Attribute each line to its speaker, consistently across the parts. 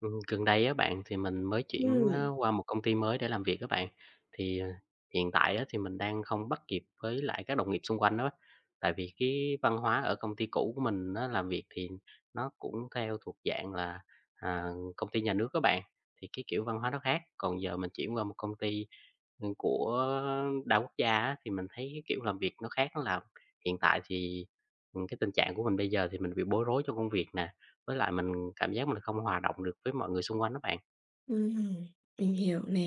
Speaker 1: Gần đây á bạn, thì mình mới chuyển á
Speaker 2: Ừm,
Speaker 1: qua một công ty mới để làm việc các bạn. Thì, ờ, hiện tại á thì mình đang không bắt kịp với lại các đồng nghiệp xung quanh đó. Tại vì cái văn hóa ở công ty cũ của mình nó làm việc thì nó cũng theo thuộc dạng là, à, công ty nhà nước các bạn, thì cái kiểu văn hóa nó khác. Còn giờ mình chuyển qua một công ty, của đa quốc gia á, thì mình thấy cái kiểu làm việc nó khác, nó làm hiện tại thì, cái tình trạng của mình bây giờ thì mình bị bối rối trong công việc nè. Với lại mình cảm giác mình không hòa đồng được với mọi người xung quanh đó bạn.
Speaker 2: ừm, mình hiểu nè.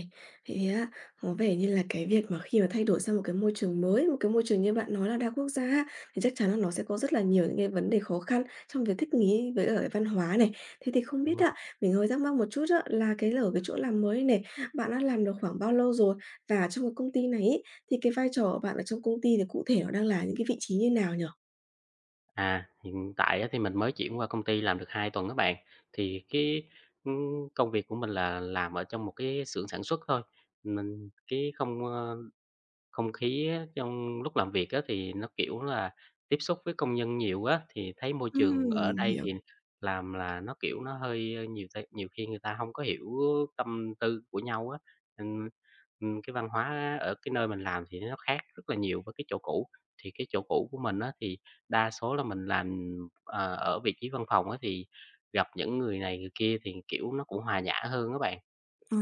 Speaker 2: Vậy thì á, có vẻ như là cái việc mà khi mà thay đổi sang một cái môi trường mới, một cái môi trường như bạn nói là đa quốc gia á, thì chắc chắn là nó sẽ có rất là nhiều những cái vấn đề khó khăn trong việc thích nghi với ở văn hóa này. Thế thì không
Speaker 1: Đúng
Speaker 2: biết
Speaker 1: rồi.
Speaker 2: ạ mình hơi thắc mắc một chút á, là cái ở cái chỗ làm mới này, bạn đã làm được khoảng bao lâu rồi? Và trong cái công ty này ấy, thì cái vai trò của bạn ở trong công ty thì cụ thể nó đang là những cái vị trí như nào nhở?
Speaker 1: À, hiện tại á thì mình mới chuyển qua công ty làm được 2 tuần á bạn, thì cái, công việc của mình là làm ở trong một cái xưởng sản xuất thôi, mình cái không, Không khí á, trong lúc làm việc á, thì nó, kiểu là, tiếp xúc với công nhân nhiều á, thì thấy môi trường ở
Speaker 2: Mình
Speaker 1: đây
Speaker 2: hiểu.
Speaker 1: thì làm là nó, kiểu, nó hơi, nhiều khi người ta không có hiểu tâm tư của nhau á. Ừm, cái văn hóa ở cái nơi mình làm thì nó khác rất là nhiều với cái chỗ cũ. Thì cái chỗ cũ của mình á, thì đa số là mình làm, ở vị trí văn phòng á, thì gặp những người này người kia thì, kiểu, nó cũng hòa nhã hơn các bạn.
Speaker 2: À,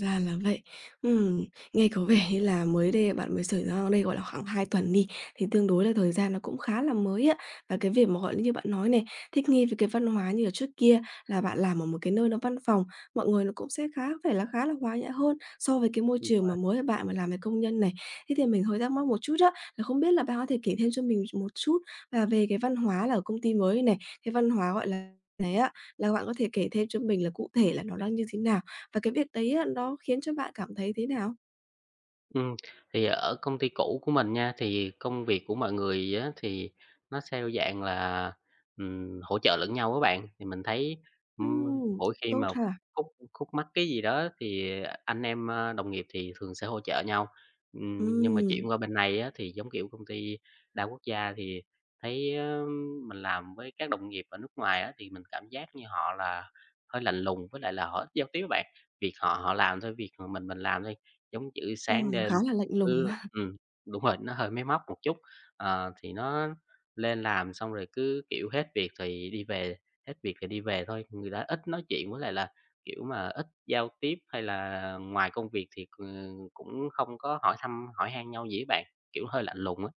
Speaker 2: ra là vậy. Ừm, Nghe có vẻ như là mới đây bạn mới xảy ra đây, gọi là, khoảng 2 tuần đi, thì tương đối là thời gian nó cũng khá là mới á. Và cái việc mà, gọi là, như bạn nói này, thích nghi với cái văn hóa như là trước kia là bạn làm ở một cái nơi nó văn phòng, mọi người nó cũng sẽ khá phải là khá là hòa nhã hơn so với cái môi
Speaker 1: Ừm.
Speaker 2: trường mà mới bạn mà làm về công nhân này. Thế thì mình hơi thắc mắc một chút á, là không biết là bạn có thể kể thêm cho mình một chút là về cái văn hóa là ở công ty mới này, cái văn hóa, gọi là, này á, là bạn có thể kể thêm cho mình là cụ thể là nó đang như thế nào? Và cái việc đấy á, nó khiến cho bạn cảm thấy thế nào?
Speaker 1: Ừm, thì ở công ty cũ của mình nha, thì công việc của mọi người á thì nó theo dạng là, hỗ trợ lẫn nhau các bạn. Thì mình thấy, ừm,
Speaker 2: Ừm,
Speaker 1: mỗi khi
Speaker 2: tốt
Speaker 1: mà
Speaker 2: ha?
Speaker 1: khúc khúc mắc cái gì đó thì anh em, đồng nghiệp thì thường sẽ hỗ trợ nhau. Nhưng mà
Speaker 2: Ừm,
Speaker 1: chuyển qua bên này á thì, giống kiểu, công ty đa quốc gia thì thấy, mình làm với các đồng nghiệp ở nước ngoài á thì mình cảm giác như họ là hơi lạnh lùng với lại là họ ít giao tiếp á bạn. Việc họ họ làm thôi, việc, mình làm thôi. Giống chữ sáng
Speaker 2: Khá
Speaker 1: lên
Speaker 2: là lạnh lùng.
Speaker 1: cứ đúng rồi, nó hơi máy móc một chút, thì nó lên làm xong rồi cứ, kiểu, hết việc thì đi về, hết việc thì đi về thôi. Người ta ít nói chuyện với lại là, kiểu mà, ít giao tiếp hay là ngoài công việc thì, cũng không có hỏi thăm hỏi han nhau gì á bạn, kiểu, hơi lạnh lùng á.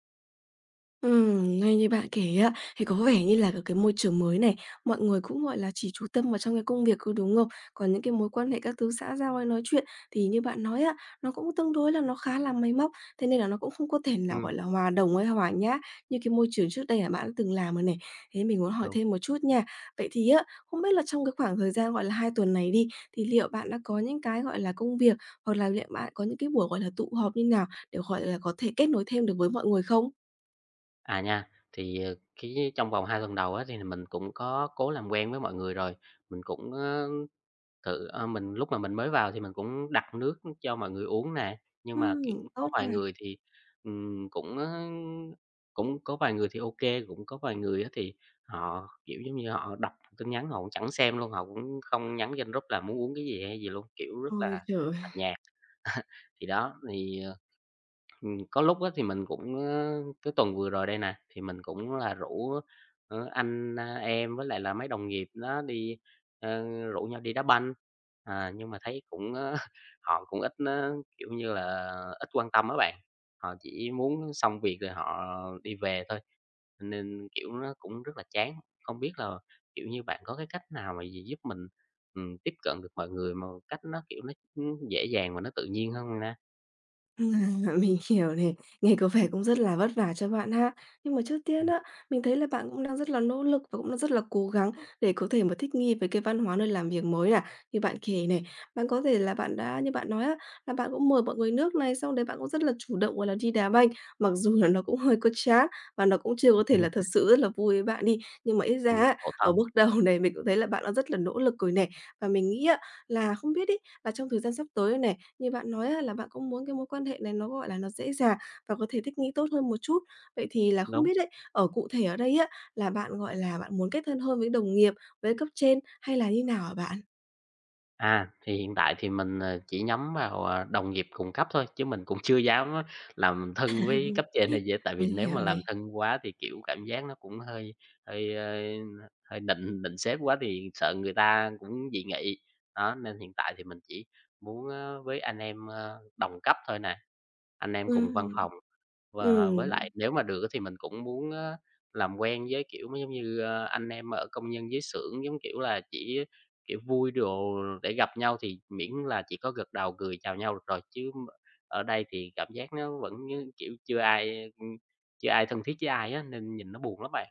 Speaker 2: Nghe như bạn kể á, thì có vẻ như là ở cái môi trường mới này, mọi người cũng, gọi là, chỉ chú tâm vào trong cái công việc thôi, đúng không? Còn những cái mối quan hệ các thứ xã giao hay nói chuyện thì như bạn nói á, nó cũng tương đối là nó khá là máy móc, thế nên là nó cũng không có thể nào,
Speaker 1: Ừm,
Speaker 2: gọi là, hòa đồng hay hòa nhã như cái môi trường trước đây là bạn đã từng làm rồi này. Thế mình muốn hỏi
Speaker 1: đúng.
Speaker 2: thêm một chút nha. Vậy thì á, không biết là trong cái khoảng thời gian, gọi là, 2 tuần này đi, thì liệu bạn đã có những cái, gọi là, công việc hoặc là liệu bạn có những cái buổi, gọi là, tụ họp như nào để, gọi là, có thể kết nối thêm được với mọi người không?
Speaker 1: À nha, thì, ờ, cái trong vòng 2 tuần đầu á thì mình cũng có cố làm quen với mọi người rồi, mình cũng, mình lúc mà mình mới vào thì mình cũng đặt nước cho mọi người uống nè, nhưng mà cũng
Speaker 2: Ừm,
Speaker 1: có
Speaker 2: tốt
Speaker 1: vài
Speaker 2: này.
Speaker 1: người thì, ừm, cũng, ơ, cũng có vài người thì ok, cũng có vài người á thì họ, kiểu, giống như họ đọc tin nhắn họ cũng chẳng xem luôn, họ cũng không nhắn trên group là muốn uống cái gì hay gì luôn, kiểu, rất
Speaker 2: Ôi
Speaker 1: là
Speaker 2: trời!
Speaker 1: lạnh nhạt. Thì đó, thì, ờ có lúc á thì mình cũng, cái tuần vừa rồi đây nè, thì mình cũng là rủ, anh, em với lại là mấy đồng nghiệp đó đi, rủ nhau đi đá banh. À, nhưng mà thấy cũng, họ cũng ít á, kiểu như là, ít quan tâm á bạn, họ chỉ muốn xong việc rồi họ đi về thôi, nên, kiểu, nó cũng rất là chán. Không biết là, kiểu như, bạn có cái cách nào mà giúp mình, tiếp cận được mọi người mà cách nó, kiểu, nó, dễ dàng và nó tự nhiên hơn hông na?
Speaker 2: Mình hiểu này, nghe có vẻ cũng rất là vất vả cho bạn ha. Nhưng mà trước tiên á,
Speaker 1: Ừm,
Speaker 2: mình thấy là bạn cũng đang rất là nỗ lực và cũng đang rất là cố gắng để có thể mà thích nghi với cái văn hóa nơi làm việc mới nà. Như bạn kể này, bạn có thể là bạn đã như bạn nói á, là bạn cũng mời mọi người nước này, xong đấy bạn cũng rất là chủ động, gọi là, đi đá banh, mặc dù là nó cũng hơi có chán và nó cũng chưa có
Speaker 1: ừm,
Speaker 2: thể là thật sự rất là vui với bạn đi. Nhưng mà ít ra á,
Speaker 1: khổ
Speaker 2: ở
Speaker 1: thân.
Speaker 2: bước đầu này mình cũng thấy là bạn đã rất là nỗ lực rồi nè. Và mình nghĩ á, là không biết ấy, là trong thời gian sắp tới này, như bạn nói á, là bạn cũng muốn cái mối quan hệ này nó, gọi là, nó dễ dàng và có thể thích nghi tốt hơn một chút. Vậy thì là không
Speaker 1: Đúng.
Speaker 2: biết ấy, ở cụ thể ở đây á, là bạn, gọi là, bạn muốn kết thân hơn với đồng nghiệp, với cấp trên hay là như nào hả bạn?
Speaker 1: À, thì hiện tại thì mình, chỉ nhắm vào, đồng nghiệp cùng cấp thôi, chứ mình cũng chưa dám á làm thân với cấp trên này dễ tại vì
Speaker 2: Mình
Speaker 1: nếu
Speaker 2: hiểu
Speaker 1: mà làm
Speaker 2: này.
Speaker 1: thân quá thì, kiểu, cảm giác nó cũng hơi hơi, hơi định định sếp quá thì sợ người ta cũng dị nghị. Đó, nên hiện tại thì mình chỉ muốn á với anh em, đồng cấp thôi nè, anh em cùng văn
Speaker 2: Ừm,
Speaker 1: phòng. Và với lại
Speaker 2: ừm.
Speaker 1: nếu mà được thì mình cũng muốn á làm quen với, kiểu, giống như, anh em ở công nhân dưới xưởng, giống kiểu là, chỉ kiểu, vui đồ để gặp nhau thì miễn là chỉ có gật đầu cười chào nhau được rồi, chứ m ở đây thì cảm giác nó vẫn như, kiểu, chưa ai thân thiết với ai á, nên nhìn nó buồn lắm bạn.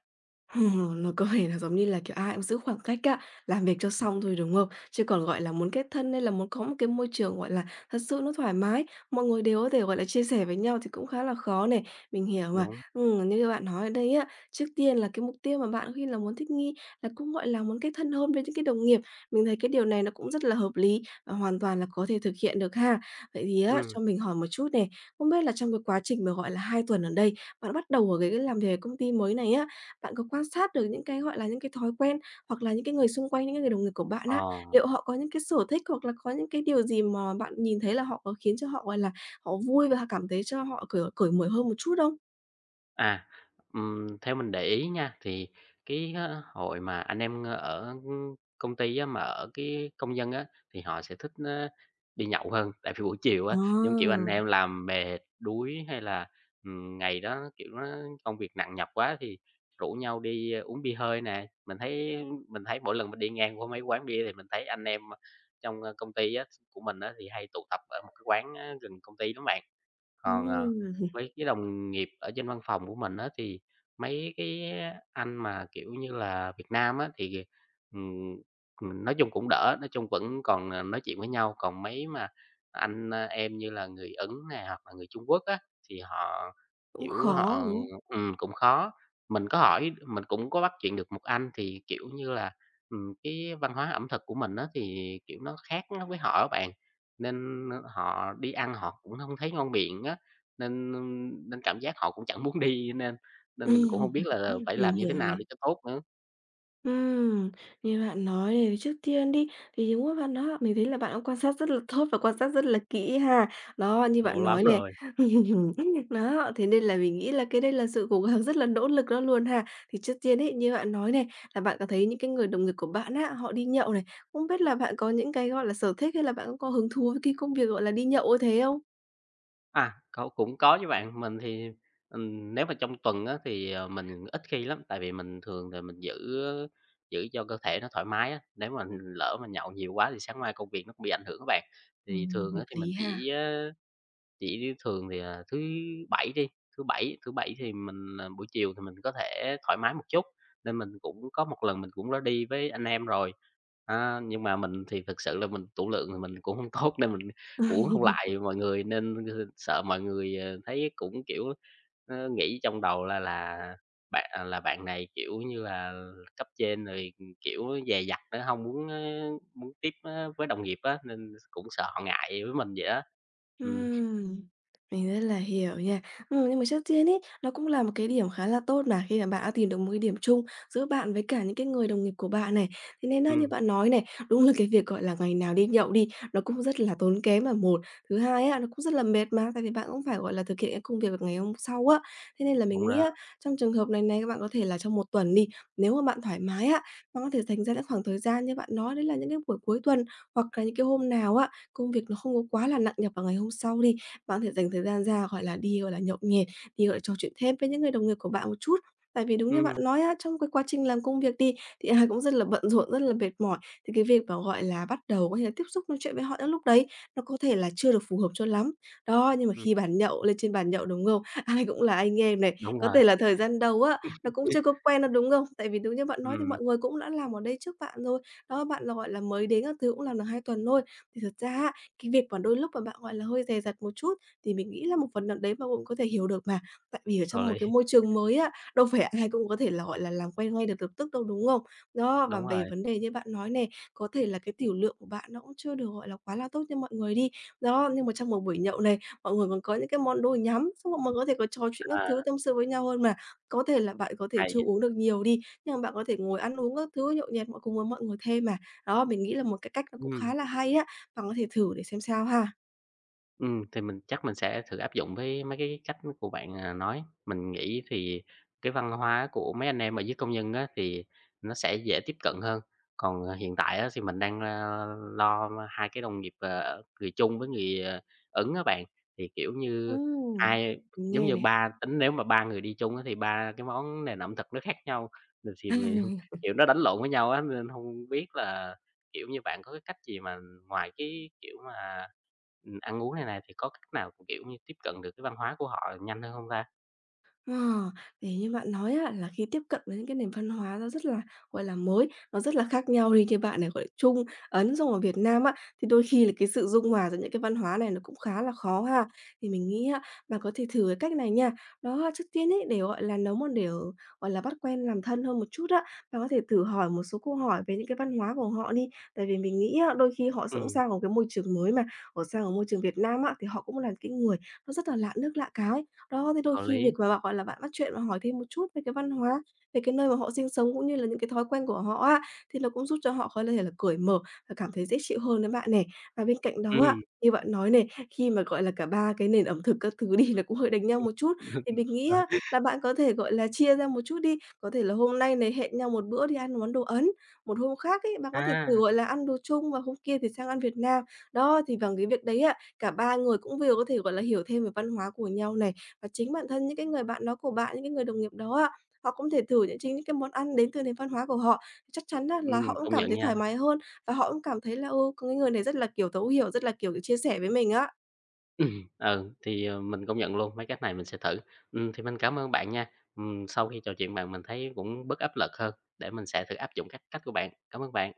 Speaker 2: Ờ, nó có vẻ là giống như là, kiểu, ai cũng giữ khoảng cách á, làm việc cho xong thôi, đúng không? Chứ còn, gọi là, muốn kết thân hay là muốn có một cái môi trường, gọi là, thật sự nó thoải mái, mọi người đều có thể, gọi là, chia sẻ với nhau thì cũng khá là khó này. Mình hiểu
Speaker 1: Đúng,
Speaker 2: mà.
Speaker 1: không?
Speaker 2: Như bạn nói ở đây á, trước tiên là cái mục tiêu mà bạn khi là muốn thích nghi là cũng, gọi là, muốn kết thân hơn với những cái đồng nghiệp. Mình thấy cái điều này nó cũng rất là hợp lý và hoàn toàn là có thể thực hiện được ha. Vậy thì á,
Speaker 1: Ừ,
Speaker 2: cho mình hỏi một chút này, không biết là trong cái quá trình mà, gọi là, 2 tuần ở đây, bạn bắt đầu ở cái làm việc ở công ty mới này á, bạn có quan sát được những cái, gọi là, những cái thói quen hoặc là những cái người xung quanh, những cái người đồng nghiệp của bạn
Speaker 1: ờ.
Speaker 2: á, liệu họ có những cái sở thích hoặc là có những cái điều gì mà bạn nhìn thấy là họ có khiến cho họ, gọi là, họ vui và cảm thấy cho họ cởi cởi mở hơn một chút không?
Speaker 1: À, theo mình để ý nha, thì cái, hội mà anh em ở công ty á, mà ở cái công dân á, thì họ sẽ thích, đi nhậu hơn. Tại vì buổi chiều á,
Speaker 2: Ờ.
Speaker 1: giống kiểu, anh em làm mệt, đuối hay là, ngày đó, kiểu, nó công việc nặng nhọc quá thì rủ nhau đi uống bia hơi nè. Mình thấy mỗi lần mình đi ngang qua mấy quán bia thì mình thấy anh em trong công ty á, của mình á, thì hay tụ tập ở một cái quán á gần công ty lắm bạn. Còn,
Speaker 2: Ừm,
Speaker 1: mấy cái đồng nghiệp ở trên văn phòng của mình á, thì mấy cái anh mà, kiểu như là, Việt Nam á, thì, ừm, nói chung cũng đỡ, nói chung vẫn còn, nói chuyện với nhau. Còn mấy mà anh, em như là người Ấn này hoặc là người Trung Quốc á, thì họ,
Speaker 2: cũng
Speaker 1: kiểu,
Speaker 2: khó,
Speaker 1: họ
Speaker 2: đúng không?
Speaker 1: cũng khó. Mình có hỏi mình cũng có bắt chuyện được một anh thì, kiểu như là, cái văn hóa ẩm thực của mình á, thì, kiểu, nó khác với họ á bạn, nên họ đi ăn họ cũng không thấy ngon miệng á. Nên nên cảm giác họ cũng chẳng muốn đi nên nên mình cũng hông biết là
Speaker 2: Ừm,
Speaker 1: phải
Speaker 2: mình
Speaker 1: làm như thế
Speaker 2: hiểu
Speaker 1: nào
Speaker 2: này.
Speaker 1: để cho tốt nữa.
Speaker 2: Ừm, Như bạn nói thì trước tiên đi, thì đúng với bạn đó, mình thấy là bạn cũng quan sát rất là tốt và quan sát rất là kỹ ha. Đó, như
Speaker 1: Khổ
Speaker 2: bạn
Speaker 1: lắm
Speaker 2: nói này,
Speaker 1: rồi.
Speaker 2: đó, thế nên là mình nghĩ là cái đây là sự cố gắng rất là nỗ lực đó luôn ha. Thì trước tiên ấy, như bạn nói này, là bạn có thấy những cái người đồng nghiệp của bạn á, họ đi nhậu này, không biết là bạn có những cái, gọi là, sở thích hay là bạn cũng có hứng thú với cái công việc, gọi là, đi nhậu như thế không?
Speaker 1: À, có cũng có chứ bạn, mình thì, nếu mà trong tuần á thì, mình ít khi lắm, tại vì mình thường là mình giữ giữ cho cơ thể nó thoải mái á, nếu mà lỡ mà nhậu nhiều quá thì sáng mai công việc nó cũng bị ảnh hưởng á bạn. Thì thường
Speaker 2: Hợp
Speaker 1: á thì mình
Speaker 2: lý ha.
Speaker 1: chỉ, chỉ thường thì, thứ Bảy đi, thứ Bảy thì mình, buổi chiều thì mình có thể thoải mái một chút, nên mình cũng có một lần mình cũng đã đi với anh em rồi. Nhưng mà mình thì thực sự là mình tủ lượng thì mình cũng không tốt nên mình cũng uống không lại mọi người, nên sợ mọi người, thấy cũng, kiểu, nghĩ trong đầu là bạn, là bạn này, kiểu như là, cấp trên rồi, kiểu, dè dặt nữa, không muốn, muốn tiếp, với đồng nghiệp á, nên cũng sợ họ ngại với mình vậy đó. Ừm.
Speaker 2: Ừm, mình rất là hiểu nha. Nhưng mà trước tiên ấy, nó cũng là một cái điểm khá là tốt mà, khi mà bạn đã tìm được một cái điểm chung giữa bạn với cả những cái người đồng nghiệp của bạn này. Thế nên á, như
Speaker 1: Ừm,
Speaker 2: bạn nói này, đúng là cái việc, gọi là, ngày nào đi nhậu đi, nó cũng rất là tốn kém là một. Thứ hai á, nó cũng rất là mệt mà, tại vì bạn cũng phải, gọi là, thực hiện cái công việc vào ngày hôm sau á. Thế nên là
Speaker 1: đúng
Speaker 2: mình nghĩ
Speaker 1: đó.
Speaker 2: á, trong trường hợp này này, các bạn có thể là trong 1 tuần đi, nếu mà bạn thoải mái á, bạn có thể dành ra những khoảng thời gian như bạn nói đấy là những cái buổi cuối tuần, hoặc là những cái hôm nào á, công việc nó không có quá là nặng nhọc vào ngày hôm sau đi, bạn có thể dành thời gian ra, gọi là, đi, gọi là, nhậu nhẹt, đi, gọi là, trò chuyện thêm với những người đồng nghiệp của bạn một chút. Tại vì đúng như
Speaker 1: Ừm,
Speaker 2: bạn nói á, trong cái quá trình làm công việc đi, thì ai cũng rất là bận rộn, rất là mệt mỏi, thì cái việc mà, gọi là, bắt đầu có thể là tiếp xúc nói chuyện với họ những lúc đấy, nó có thể là chưa được phù hợp cho lắm. Đó, nhưng mà
Speaker 1: ừm,
Speaker 2: khi bàn nhậu, lên trên bàn nhậu, đúng không? Ai cũng là anh em này,
Speaker 1: đúng
Speaker 2: có
Speaker 1: rồi,
Speaker 2: thể là thời gian đầu á, nó cũng chưa có quen đâu, đúng không? Tại vì đúng như bạn nói thì
Speaker 1: ừm,
Speaker 2: mọi người cũng đã làm ở đây trước bạn rồi. Đó, bạn là, gọi là, mới đến các thứ cũng làm được 2 tuần thôi, thì thật ra á, cái việc mà đôi lúc mà bạn, gọi là, hơi dè dặt một chút thì mình nghĩ là một phần nào đấy bạn cũng có thể hiểu được mà. Tại vì ở
Speaker 1: có
Speaker 2: trong một
Speaker 1: lý,
Speaker 2: cái môi trường mới á, đâu phải ai cũng có thể là, gọi là, làm quen ngay được lập tức đâu, đúng không? Đó, và
Speaker 1: đúng
Speaker 2: về
Speaker 1: rồi,
Speaker 2: vấn đề như bạn nói này, có thể là cái tiểu lượng của bạn nó cũng chưa được, gọi là, quá là tốt như mọi người đi. Đó, nhưng mà trong một buổi nhậu này, mọi người còn có những cái món đồ nhắm, xong mọi người có thể có trò chuyện các
Speaker 1: à,
Speaker 2: thứ, tâm sự với nhau hơn mà. Có thể là bạn có thể
Speaker 1: hay
Speaker 2: chưa
Speaker 1: nha,
Speaker 2: uống được nhiều đi, nhưng mà bạn có thể ngồi ăn uống các thứ nhậu nhẹt mọi cùng với mọi người thêm mà. Đó, mình nghĩ là một cái cách nó cũng
Speaker 1: ừm.
Speaker 2: khá là hay á. Bạn có thể thử để xem sao ha.
Speaker 1: Ừ thì mình chắc mình sẽ thử áp dụng với mấy cái cách của bạn, nói. Mình nghĩ thì cái văn hóa của mấy anh em ở dưới công nhân á, thì nó sẽ dễ tiếp cận hơn. Còn, hiện tại á, thì mình đang, lo 2 cái đồng nghiệp, người Trung với người, Ấn á bạn, thì, kiểu như,
Speaker 2: Ừm.
Speaker 1: hai
Speaker 2: Mình
Speaker 1: giống
Speaker 2: nghe
Speaker 1: như
Speaker 2: nè.
Speaker 1: ba tính nếu mà 3 người đi chung á, thì 3 cái món nền ẩm thực nó khác nhau, rồi thì mình kiểu, nó đánh lộn với nhau á, nên không biết là, kiểu như, bạn có cái cách gì mà ngoài cái, kiểu mà ăn uống này này thì có cách nào, kiểu như, tiếp cận được cái văn hóa của họ nhanh hơn không ta?
Speaker 2: Ờ, thì như bạn nói á, là khi tiếp cận với những cái nền văn hóa nó rất là, gọi là, mới, nó rất là khác nhau đi, như bạn này, gọi là, Trung, Ấn, xong ở Việt Nam á, thì đôi khi là cái sự dung hòa giữa những cái văn hóa này nó cũng khá là khó ha. Thì mình nghĩ á, bạn có thể thử cái cách này nha. Đó, là trước tiên ấy, để, gọi là, nấu mà để, gọi là, bắt quen làm thân hơn một chút á, bạn có thể thử hỏi một số câu hỏi về những cái văn hóa của họ đi. Tại vì mình nghĩ á, đôi khi họ cũng
Speaker 1: Ừm,
Speaker 2: sang một cái môi trường mới mà, họ sang ở môi trường Việt Nam á, thì họ cũng là cái người nó rất là lạ nước lạ cái, đó, thế đôi
Speaker 1: có
Speaker 2: khi
Speaker 1: lý.
Speaker 2: việc mà bạn, gọi là, bạn bắt chuyện và hỏi thêm một chút về cái văn hóa, về cái nơi mà họ sinh sống cũng như là những cái thói quen của họ á, thì nó cũng giúp cho họ có thể là cởi mở và cảm thấy dễ chịu hơn đến bạn nè. Và bên cạnh đó á,
Speaker 1: Ừm.
Speaker 2: như bạn nói này, khi mà, gọi là, cả 3 cái nền ẩm thực các thứ đi nó cũng hơi đánh nhau một chút, thì mình nghĩ á
Speaker 1: Rồi.
Speaker 2: là bạn có thể, gọi là, chia ra một chút đi. Có thể là hôm nay này hẹn nhau một bữa đi ăn món đồ Ấn, một hôm khác ấy, bạn có thể thử,
Speaker 1: À,
Speaker 2: gọi là, ăn đồ Trung và hôm kia thì sang ăn Việt Nam. Đó, thì bằng cái việc đấy á, cả ba người cũng vừa có thể, gọi là, hiểu thêm về văn hóa của nhau này, và chính bản thân những cái người bạn đó của bạn, những cái người đồng nghiệp đó á, họ cũng thể thử những chính những cái món ăn đến từ nền văn hóa của họ. Chắc chắn á là họ cũng
Speaker 1: công
Speaker 2: cảm
Speaker 1: nhận
Speaker 2: thấy
Speaker 1: nha.
Speaker 2: thoải mái hơn và họ cũng cảm thấy là, ừ, có cái người này rất là, kiểu, thấu hiểu, rất là, kiểu, chia sẻ với mình á.
Speaker 1: Ừ, ừ, thì, mình công nhận luôn, mấy cách này mình sẽ thử. Thì mình cảm ơn bạn nha. Sau khi trò chuyện bạn mình thấy cũng bớt áp lực hơn để mình sẽ thử áp dụng các cách của bạn. Cảm ơn bạn.